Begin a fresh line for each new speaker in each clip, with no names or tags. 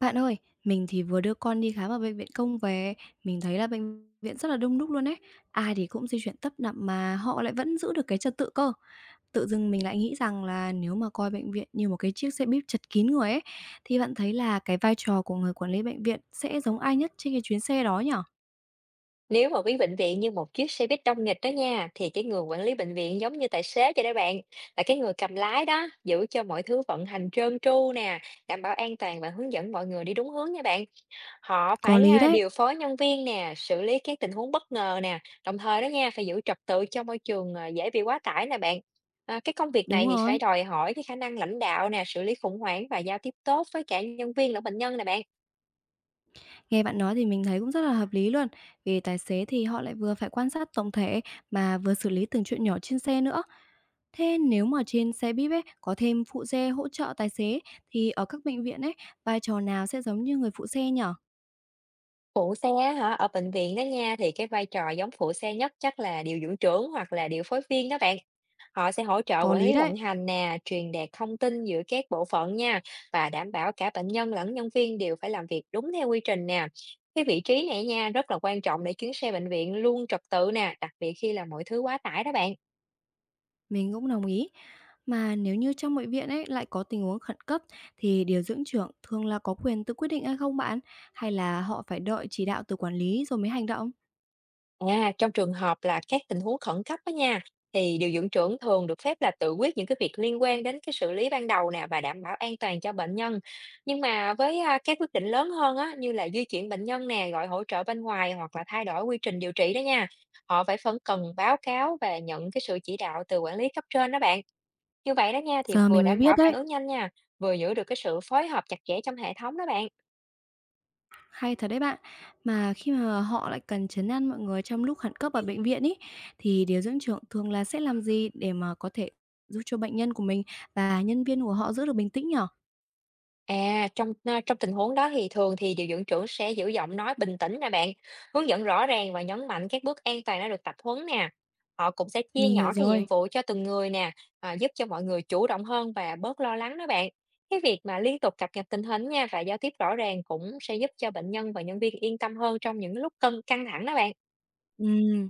Bạn ơi, mình thì vừa đưa con đi khám ở bệnh viện công về, mình thấy là bệnh viện rất là đông đúc luôn ấy. Ai thì cũng di chuyển tấp nập mà họ lại vẫn giữ được cái trật tự cơ. Tự dưng mình lại nghĩ rằng là nếu mà coi bệnh viện như một cái chiếc xe bíp chật kín người ấy, thì bạn thấy là cái vai trò của người quản lý bệnh viện sẽ giống ai nhất trên cái chuyến xe đó nhở?
Nếu mà ví bệnh viện như một chiếc xe buýt đông nghịch đó nha, thì cái người quản lý bệnh viện giống như tài xế vậy đó bạn, là cái người cầm lái đó, giữ cho mọi thứ vận hành trơn tru nè, đảm bảo an toàn và hướng dẫn mọi người đi đúng hướng nha bạn. Họ
Có
phải
lý đấy.
điều phối nhân viên nè, xử lý các tình huống bất ngờ nè, đồng thời đó nha, phải giữ trật tự cho môi trường dễ bị quá tải nè bạn. Cái công việc này
Đúng
thì phải
rồi,
đòi hỏi cái khả năng lãnh đạo nè, xử lý khủng hoảng và giao tiếp tốt với cả nhân viên lẫn bệnh nhân nè bạn.
nghe bạn nói thì mình thấy cũng rất là hợp lý luôn. Vì tài xế thì họ lại vừa phải quan sát tổng thể mà vừa xử lý từng chuyện nhỏ trên xe nữa. Thế nếu mà trên xe buýt ấy có thêm phụ xe hỗ trợ tài xế thì ở các bệnh viện ấy, vai trò nào sẽ giống như người phụ xe nhở?
Phụ xe á hả? Ở bệnh viện đó nha, thì cái vai trò giống phụ xe nhất chắc là điều dưỡng trưởng hoặc là điều phối viên đó bạn. Họ sẽ hỗ trợ
Có
quản
lý
lý vận
đấy,
hành nè, truyền đạt thông tin giữa các bộ phận nha và đảm bảo cả bệnh nhân lẫn nhân viên đều phải làm việc đúng theo quy trình nè. Cái vị trí này nha rất là quan trọng để chuyến xe bệnh viện luôn trật tự nè, đặc biệt khi là mọi thứ quá tải đó bạn.
mình cũng đồng ý. Mà nếu như trong bệnh viện ấy lại có tình huống khẩn cấp thì điều dưỡng trưởng thường là có quyền tự quyết định hay không bạn? Hay là họ phải đợi chỉ đạo từ quản lý rồi mới hành động?
Trong trường hợp là các tình huống khẩn cấp đó nha, thì điều dưỡng trưởng thường được phép là tự quyết những cái việc liên quan đến cái xử lý ban đầu nè và đảm bảo an toàn cho bệnh nhân. Nhưng mà với các quyết định lớn hơn á, như là di chuyển bệnh nhân nè, gọi hỗ trợ bên ngoài hoặc là thay đổi quy trình điều trị đó nha, họ phải phân cần báo cáo và nhận cái sự chỉ đạo từ quản lý cấp trên đó bạn. Như vậy đó nha, thì
Giờ
vừa
mình mới
đảm bảo
biết
phản
đấy.
ứng nhanh nha, vừa giữ được cái sự phối hợp chặt chẽ trong hệ thống đó bạn.
Hay thật đấy bạn. Mà khi mà họ lại cần trấn an mọi người trong lúc khẩn cấp ở bệnh viện ý, thì điều dưỡng trưởng thường là sẽ làm gì để mà có thể giúp cho bệnh nhân của mình và nhân viên của họ giữ được bình tĩnh nhở?
Trong tình huống đó thì thường thì điều dưỡng trưởng sẽ giữ giọng nói bình tĩnh nè bạn, hướng dẫn rõ ràng và nhấn mạnh các bước an toàn đã được tập huấn nè. Họ cũng sẽ chia
Mình hiểu
nhỏ cái nhiệm
rồi.
vụ cho từng người nè, giúp cho mọi người chủ động hơn và bớt lo lắng đó bạn. Cái việc mà liên tục cập nhật tình hình nha và giao tiếp rõ ràng cũng sẽ giúp cho bệnh nhân và nhân viên yên tâm hơn trong những lúc cân căng thẳng đó bạn.
Ừm,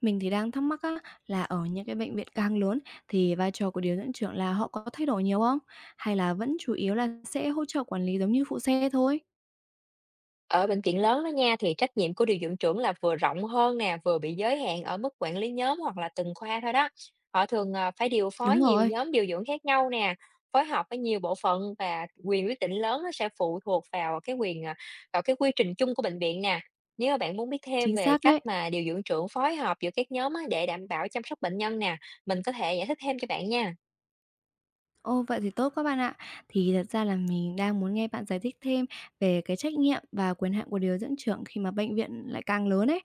mình thì đang thắc mắc á, là ở những cái bệnh viện càng lớn thì vai trò của điều dưỡng trưởng là họ có thay đổi nhiều không? Hay là vẫn chủ yếu là sẽ hỗ trợ quản lý giống như phụ xe thôi?
Ở bệnh viện lớn đó nha thì trách nhiệm của điều dưỡng trưởng là vừa rộng hơn nè, vừa bị giới hạn ở mức quản lý nhóm hoặc là từng khoa thôi đó. Họ thường phải điều phối
Đúng
nhiều
rồi,
nhóm điều dưỡng khác nhau nè, phối hợp với nhiều bộ phận và quyền quyết định lớn nó sẽ phụ thuộc vào cái quyền vào cái quy trình chung của bệnh viện nè. Nếu mà bạn muốn biết thêm
chính
về
xác
cách
đấy.
mà điều dưỡng trưởng phối hợp giữa các nhóm á, để đảm bảo chăm sóc bệnh nhân nè, mình có thể giải thích thêm cho bạn nha.
Ô, vậy thì tốt quá bạn ạ. Thì thật ra là mình đang muốn nghe bạn giải thích thêm về cái trách nhiệm và quyền hạn của điều dưỡng trưởng khi mà bệnh viện lại càng lớn ấy.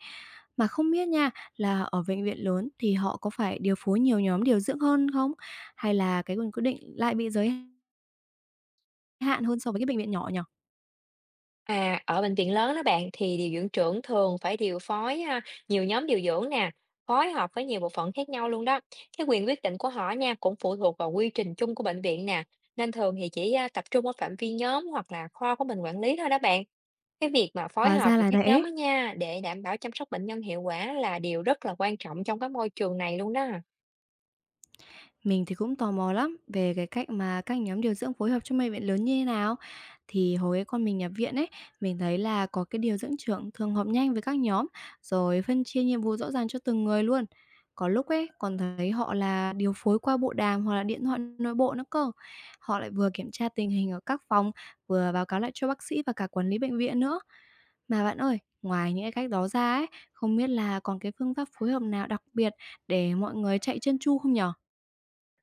Mà không biết nha, là ở bệnh viện lớn thì họ có phải điều phối nhiều nhóm điều dưỡng hơn không? Hay là cái quyền quyết định lại bị giới hạn hơn so với cái bệnh viện nhỏ nhỉ?
Ở bệnh viện lớn đó bạn thì điều dưỡng trưởng thường phải điều phối nhiều nhóm điều dưỡng nè, phối hợp với nhiều bộ phận khác nhau luôn đó. Cái quyền quyết định của họ nha cũng phụ thuộc vào quy trình chung của bệnh viện nè, nên thường thì chỉ tập trung ở phạm vi nhóm hoặc là kho của mình quản lý thôi đó bạn. Cái việc mà phối
Hóa
hợp
ra
giữa
là
các nhóm
thế.
đó nha để đảm bảo chăm sóc bệnh nhân hiệu quả là điều rất là quan trọng trong cái môi trường này luôn đó.
Mình thì cũng tò mò lắm về cái cách mà các nhóm điều dưỡng phối hợp trong bệnh viện lớn như thế nào. Thì hồi cái con mình nhập viện ấy, mình thấy là có cái điều dưỡng trưởng thường họp nhanh với các nhóm, rồi phân chia nhiệm vụ rõ ràng cho từng người luôn. Có lúc ấy còn thấy họ là điều phối qua bộ đàm hoặc là điện thoại nội bộ nữa cơ. Họ lại vừa kiểm tra tình hình ở các phòng, vừa báo cáo lại cho bác sĩ và cả quản lý bệnh viện nữa. Mà bạn ơi, ngoài những cái cách đó ra ấy, không biết là còn cái phương pháp phối hợp nào đặc biệt để mọi người chạy chân chu không nhở?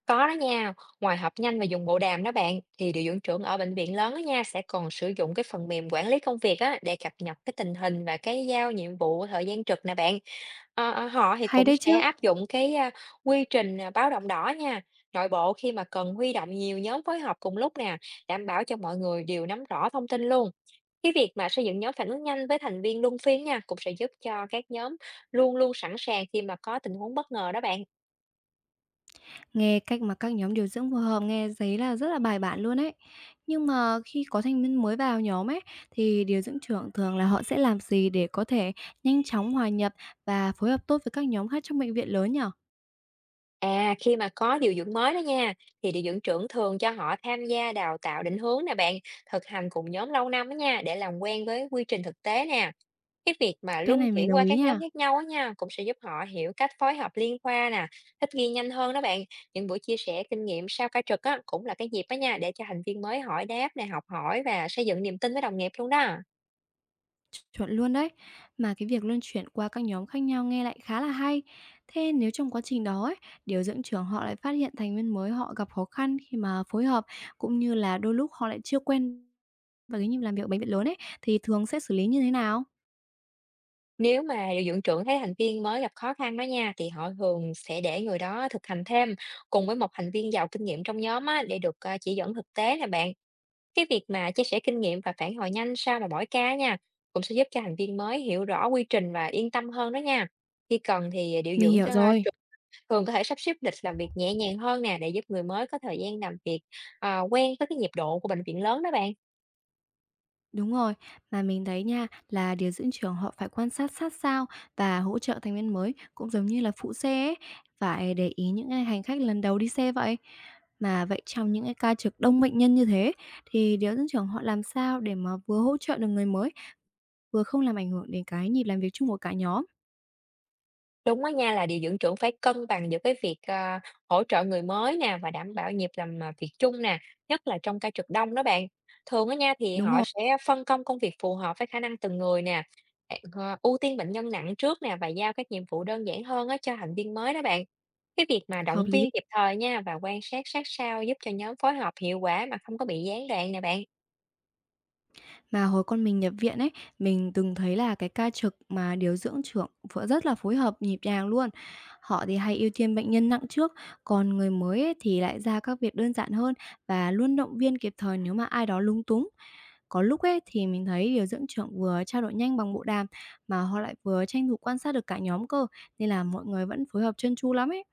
Có đó nha, ngoài họp nhanh và dùng bộ đàm đó bạn, thì điều dưỡng trưởng ở bệnh viện lớn đó nha sẽ còn sử dụng cái phần mềm quản lý công việc á để cập nhật cái tình hình và cái giao nhiệm vụ thời gian trực nè bạn. Họ thì
Hay
cũng
đấy
sẽ
chứ.
áp dụng cái quy trình báo động đỏ nha, nội bộ khi mà cần huy động nhiều nhóm phối hợp cùng lúc nè, đảm bảo cho mọi người đều nắm rõ thông tin luôn. Cái việc mà xây dựng nhóm phản ứng nhanh với thành viên luân phiên nha cũng sẽ giúp cho các nhóm luôn luôn sẵn sàng khi mà có tình huống bất ngờ đó bạn.
Nghe cách mà các nhóm điều dưỡng phù hợp nghe giấy là rất là bài bản luôn ấy. Nhưng mà khi có thành viên mới vào nhóm ấy thì điều dưỡng trưởng thường là họ sẽ làm gì để có thể nhanh chóng hòa nhập và phối hợp tốt với các nhóm khác trong bệnh viện lớn nhở?
Khi mà có điều dưỡng mới đó nha, thì điều dưỡng trưởng thường cho họ tham gia đào tạo định hướng nè bạn, thực hành cùng nhóm lâu năm đó nha, để làm quen với quy trình thực tế nè. Cái việc mà
Cái
luân
này mình
chuyển
đồng
qua
ý
các nhóm
nha.
khác nhau á nha, cũng sẽ giúp họ hiểu cách phối hợp liên khoa nè, thích nghi nhanh hơn đó bạn. Những buổi chia sẻ kinh nghiệm sau ca trực á, cũng là cái dịp đó nha, để cho thành viên mới hỏi đáp nè, học hỏi và xây dựng niềm tin với đồng nghiệp luôn đó.
Chuẩn luôn đấy. Mà cái việc luân chuyển qua các nhóm khác nhau nghe lại khá là hay. Thế nếu trong quá trình đó ấy, điều dưỡng trưởng họ lại phát hiện thành viên mới họ gặp khó khăn khi mà phối hợp cũng như là đôi lúc họ lại chưa quen và cái nhịp làm việc ở bệnh viện lớn ấy thì thường sẽ xử lý như thế nào?
Nếu mà điều dưỡng trưởng thấy thành viên mới gặp khó khăn đó nha, thì họ thường sẽ để người đó thực hành thêm cùng với một thành viên giàu kinh nghiệm trong nhóm á, để được chỉ dẫn thực tế nè bạn. Cái việc mà chia sẻ kinh nghiệm và phản hồi nhanh sau mà mỗi ca nha, cũng sẽ giúp cho thành viên mới hiểu rõ quy trình và yên tâm hơn đó nha. Khi cần thì điều
Mình
dưỡng
hiểu
cho tr-
rồi,
thường có thể sắp xếp lịch làm việc nhẹ nhàng hơn nè để giúp người mới có thời gian làm việc quen với cái nhịp độ của bệnh viện lớn đó bạn.
đúng rồi. Mà mình thấy nha, là điều dưỡng trưởng họ phải quan sát sát sao và hỗ trợ thành viên mới cũng giống như là phụ xe ấy, phải để ý những cái hành khách lần đầu đi xe vậy. Mà vậy trong những cái ca trực đông bệnh nhân như thế thì điều dưỡng trưởng họ làm sao để mà vừa hỗ trợ được người mới, vừa không làm ảnh hưởng đến cái nhịp làm việc chung của cả nhóm?
Đúng á nha, là điều dưỡng trưởng phải cân bằng giữa cái việc, hỗ trợ người mới nè và đảm bảo nhịp làm, việc chung nè, nhất là trong ca trực đông đó bạn. Thường á nha, thì
Đúng
họ
rồi,
sẽ phân công công việc phù hợp với khả năng từng người nè, bạn, ưu tiên bệnh nhân nặng trước nè và giao các nhiệm vụ đơn giản hơn á cho thành viên mới đó bạn. Cái việc mà
hợp
động
lý.
viên kịp thời nha và quan sát sát sao giúp cho nhóm phối hợp hiệu quả mà không có bị gián đoạn nè bạn.
Mà hồi con mình nhập viện ấy, mình từng thấy là cái ca trực mà điều dưỡng trưởng phở rất là phối hợp nhịp nhàng luôn. Họ thì hay ưu tiên bệnh nhân nặng trước, còn người mới ấy thì lại ra các việc đơn giản hơn và luôn động viên kịp thời nếu mà ai đó lúng túng. Có lúc ấy thì mình thấy điều dưỡng trưởng vừa trao đổi nhanh bằng bộ đàm mà họ lại vừa tranh thủ quan sát được cả nhóm cơ, nên là mọi người vẫn phối hợp trơn tru lắm ấy.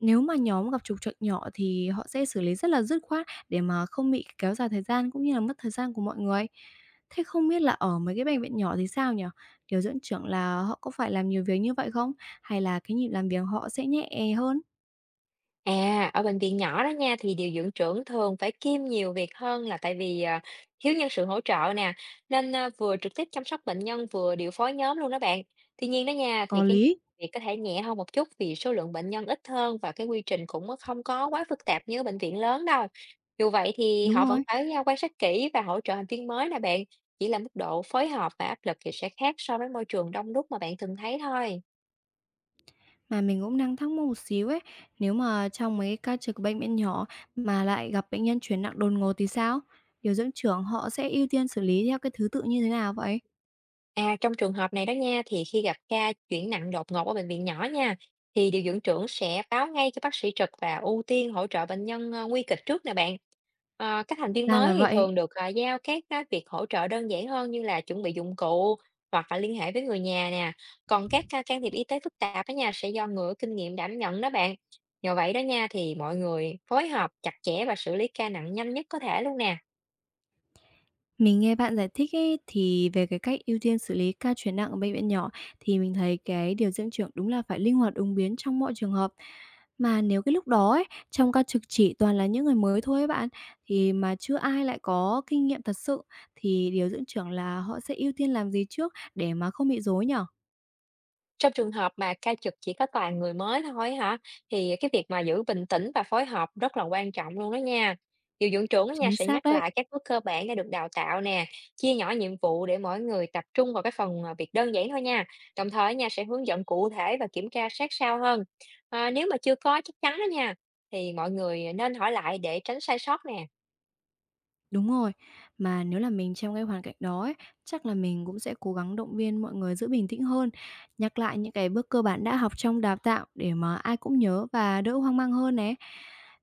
Nếu mà nhóm gặp trục trặc nhỏ thì họ sẽ xử lý rất là dứt khoát để mà không bị kéo dài thời gian cũng như là mất thời gian của mọi người. Thế không biết là ở mấy cái bệnh viện nhỏ thì sao nhỉ? Điều dưỡng trưởng là họ có phải làm nhiều việc như vậy không? Hay là cái nhịp làm việc họ sẽ nhẹ hơn?
Ở bệnh viện nhỏ đó nha thì điều dưỡng trưởng thường phải kiêm nhiều việc hơn là tại vì thiếu nhân sự hỗ trợ nè nên vừa trực tiếp chăm sóc bệnh nhân vừa điều phối nhóm luôn đó bạn. Tuy nhiên đó nha thì
Có
cái
lý.
việc có thể nhẹ hơn một chút vì số lượng bệnh nhân ít hơn và cái quy trình cũng không có quá phức tạp như ở bệnh viện lớn đâu. Dù vậy thì
Đúng
họ vẫn
rồi.
phải quan sát kỹ và hỗ trợ thành viên mới nè bạn. Chỉ là mức độ phối hợp và áp lực thì sẽ khác so với môi trường đông đúc mà bạn thường thấy thôi.
Mà mình cũng đang thắc mắc một xíu ấy, nếu mà trong mấy cái ca trực của bệnh viện nhỏ mà lại gặp bệnh nhân chuyển nặng đột ngột thì sao? Điều dưỡng trưởng họ sẽ ưu tiên xử lý theo cái thứ tự như thế nào vậy?
Trong trường hợp này đó nha, thì khi gặp ca chuyển nặng đột ngột ở bệnh viện nhỏ nha, thì điều dưỡng trưởng sẽ báo ngay cho bác sĩ trực và ưu tiên hỗ trợ bệnh nhân nguy kịch trước nè bạn. Các thành viên
Ra là
mới thì
vậy.
thường được giao các cái việc hỗ trợ đơn giản hơn như là chuẩn bị dụng cụ hoặc là liên hệ với người nhà nè. Còn các ca can thiệp y tế phức tạp đó nha sẽ do người có kinh nghiệm đảm nhận đó bạn. Nhờ vậy đó nha thì mọi người phối hợp chặt chẽ và xử lý ca nặng nhanh nhất có thể luôn nè.
Mình nghe bạn giải thích ấy, thì về cái cách ưu tiên xử lý ca chuyển nặng ở bệnh viện nhỏ thì mình thấy cái điều dưỡng trưởng đúng là phải linh hoạt ứng biến trong mọi trường hợp. Mà nếu cái lúc đó ấy, trong ca trực chỉ toàn là những người mới thôi ấy bạn, thì mà chưa ai lại có kinh nghiệm thật sự thì điều dưỡng trưởng là họ sẽ ưu tiên làm gì trước để mà không bị rối nhỉ?
Trong trường hợp mà ca trực chỉ có toàn người mới thôi hả, thì cái việc mà giữ bình tĩnh và phối hợp rất là quan trọng luôn đó nha. Điều dưỡng trưởng đó nha
Chính
sẽ
xác
nhắc
đấy.
lại các bước cơ bản đã được đào tạo nè, chia nhỏ nhiệm vụ để mỗi người tập trung vào cái phần việc đơn giản thôi nha. Đồng thời nha sẽ hướng dẫn cụ thể và kiểm tra sát sao hơn. Nếu mà chưa có chắc chắn đó nha, thì mọi người nên hỏi lại để tránh sai sót nè.
Đúng rồi, mà nếu là mình trong cái hoàn cảnh đó ấy, chắc là mình cũng sẽ cố gắng động viên mọi người giữ bình tĩnh hơn, nhắc lại những cái bước cơ bản đã học trong đào tạo để mà ai cũng nhớ và đỡ hoang mang hơn né.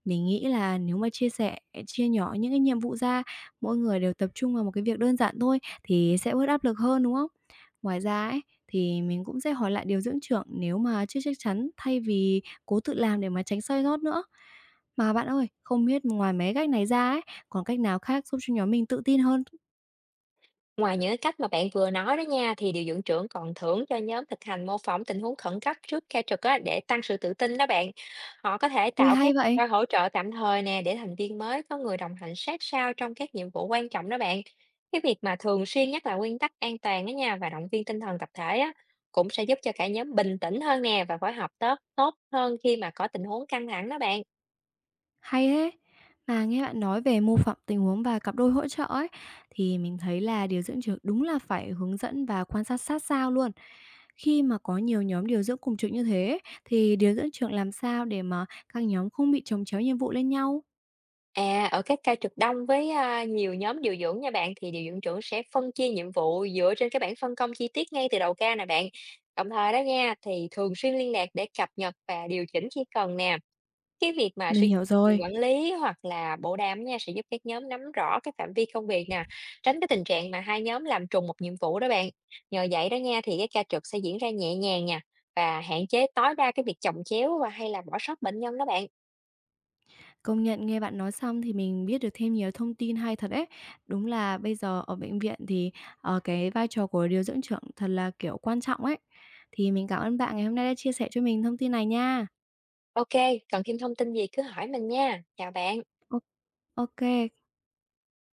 Mình nghĩ là nếu mà chia sẻ, chia nhỏ những cái nhiệm vụ ra, mỗi người đều tập trung vào một cái việc đơn giản thôi thì sẽ bớt áp lực hơn, đúng không? Ngoài ra ấy, thì mình cũng sẽ hỏi lại điều dưỡng trưởng nếu mà chưa chắc chắn thay vì cố tự làm để mà tránh sai sót nữa. Mà bạn ơi, không biết ngoài mấy cách này ra ấy, còn cách nào khác giúp cho nhóm mình tự tin hơn?
Ngoài những cái cách mà bạn vừa nói đó nha, thì điều dưỡng trưởng còn thưởng cho nhóm thực hành mô phỏng tình huống khẩn cấp trước ca trực á, để tăng sự tự tin đó bạn. Họ có thể
Ui,
tạo các
hay
cặp
vậy!
đôi hỗ trợ tạm thời nè để thành viên mới có người đồng hành sát sao trong các nhiệm vụ quan trọng đó bạn. Cái việc mà thường xuyên nhắc lại nguyên tắc an toàn đó nha và động viên tinh thần tập thể á, cũng sẽ giúp cho cả nhóm bình tĩnh hơn nè và phối hợp tốt tốt hơn khi mà có tình huống căng thẳng đó bạn.
Hay thế! Mà nghe bạn nói về mô phỏng tình huống và cặp đôi hỗ trợ ấy, thì mình thấy là điều dưỡng trưởng đúng là phải hướng dẫn và quan sát sát sao luôn. Khi mà có nhiều nhóm điều dưỡng cùng trực như thế ấy, thì điều dưỡng trưởng làm sao để mà các nhóm không bị chồng chéo nhiệm vụ lên nhau?
Ở các ca trực đông với, nhiều nhóm điều dưỡng nha bạn, thì điều dưỡng trưởng sẽ phân chia nhiệm vụ dựa trên cái bảng phân công chi tiết ngay từ đầu ca nè bạn. Đồng thời đó nha, thì thường xuyên liên lạc để cập nhật và điều chỉnh khi cần nè. Cái việc mà
Mình
sử
hiểu
dụng
rồi.
quản lý hoặc là bộ đàm nha, sẽ giúp các nhóm nắm rõ cái phạm vi công việc nè, tránh cái tình trạng mà hai nhóm làm trùng một nhiệm vụ đó bạn. Nhờ vậy đó nha, thì cái ca trực sẽ diễn ra nhẹ nhàng nha và hạn chế tối đa cái việc chồng chéo và hay là bỏ sót bệnh nhân đó bạn.
Công nhận nghe bạn nói xong thì mình biết được thêm nhiều thông tin hay thật ấy. Đúng là bây giờ ở bệnh viện thì, cái vai trò của điều dưỡng trưởng thật là, kiểu, quan trọng ấy. Thì mình cảm ơn bạn ngày hôm nay đã chia sẻ cho mình thông tin này nha.
OK, cần thêm thông tin gì cứ hỏi mình nha. Chào bạn.
Ô, ô.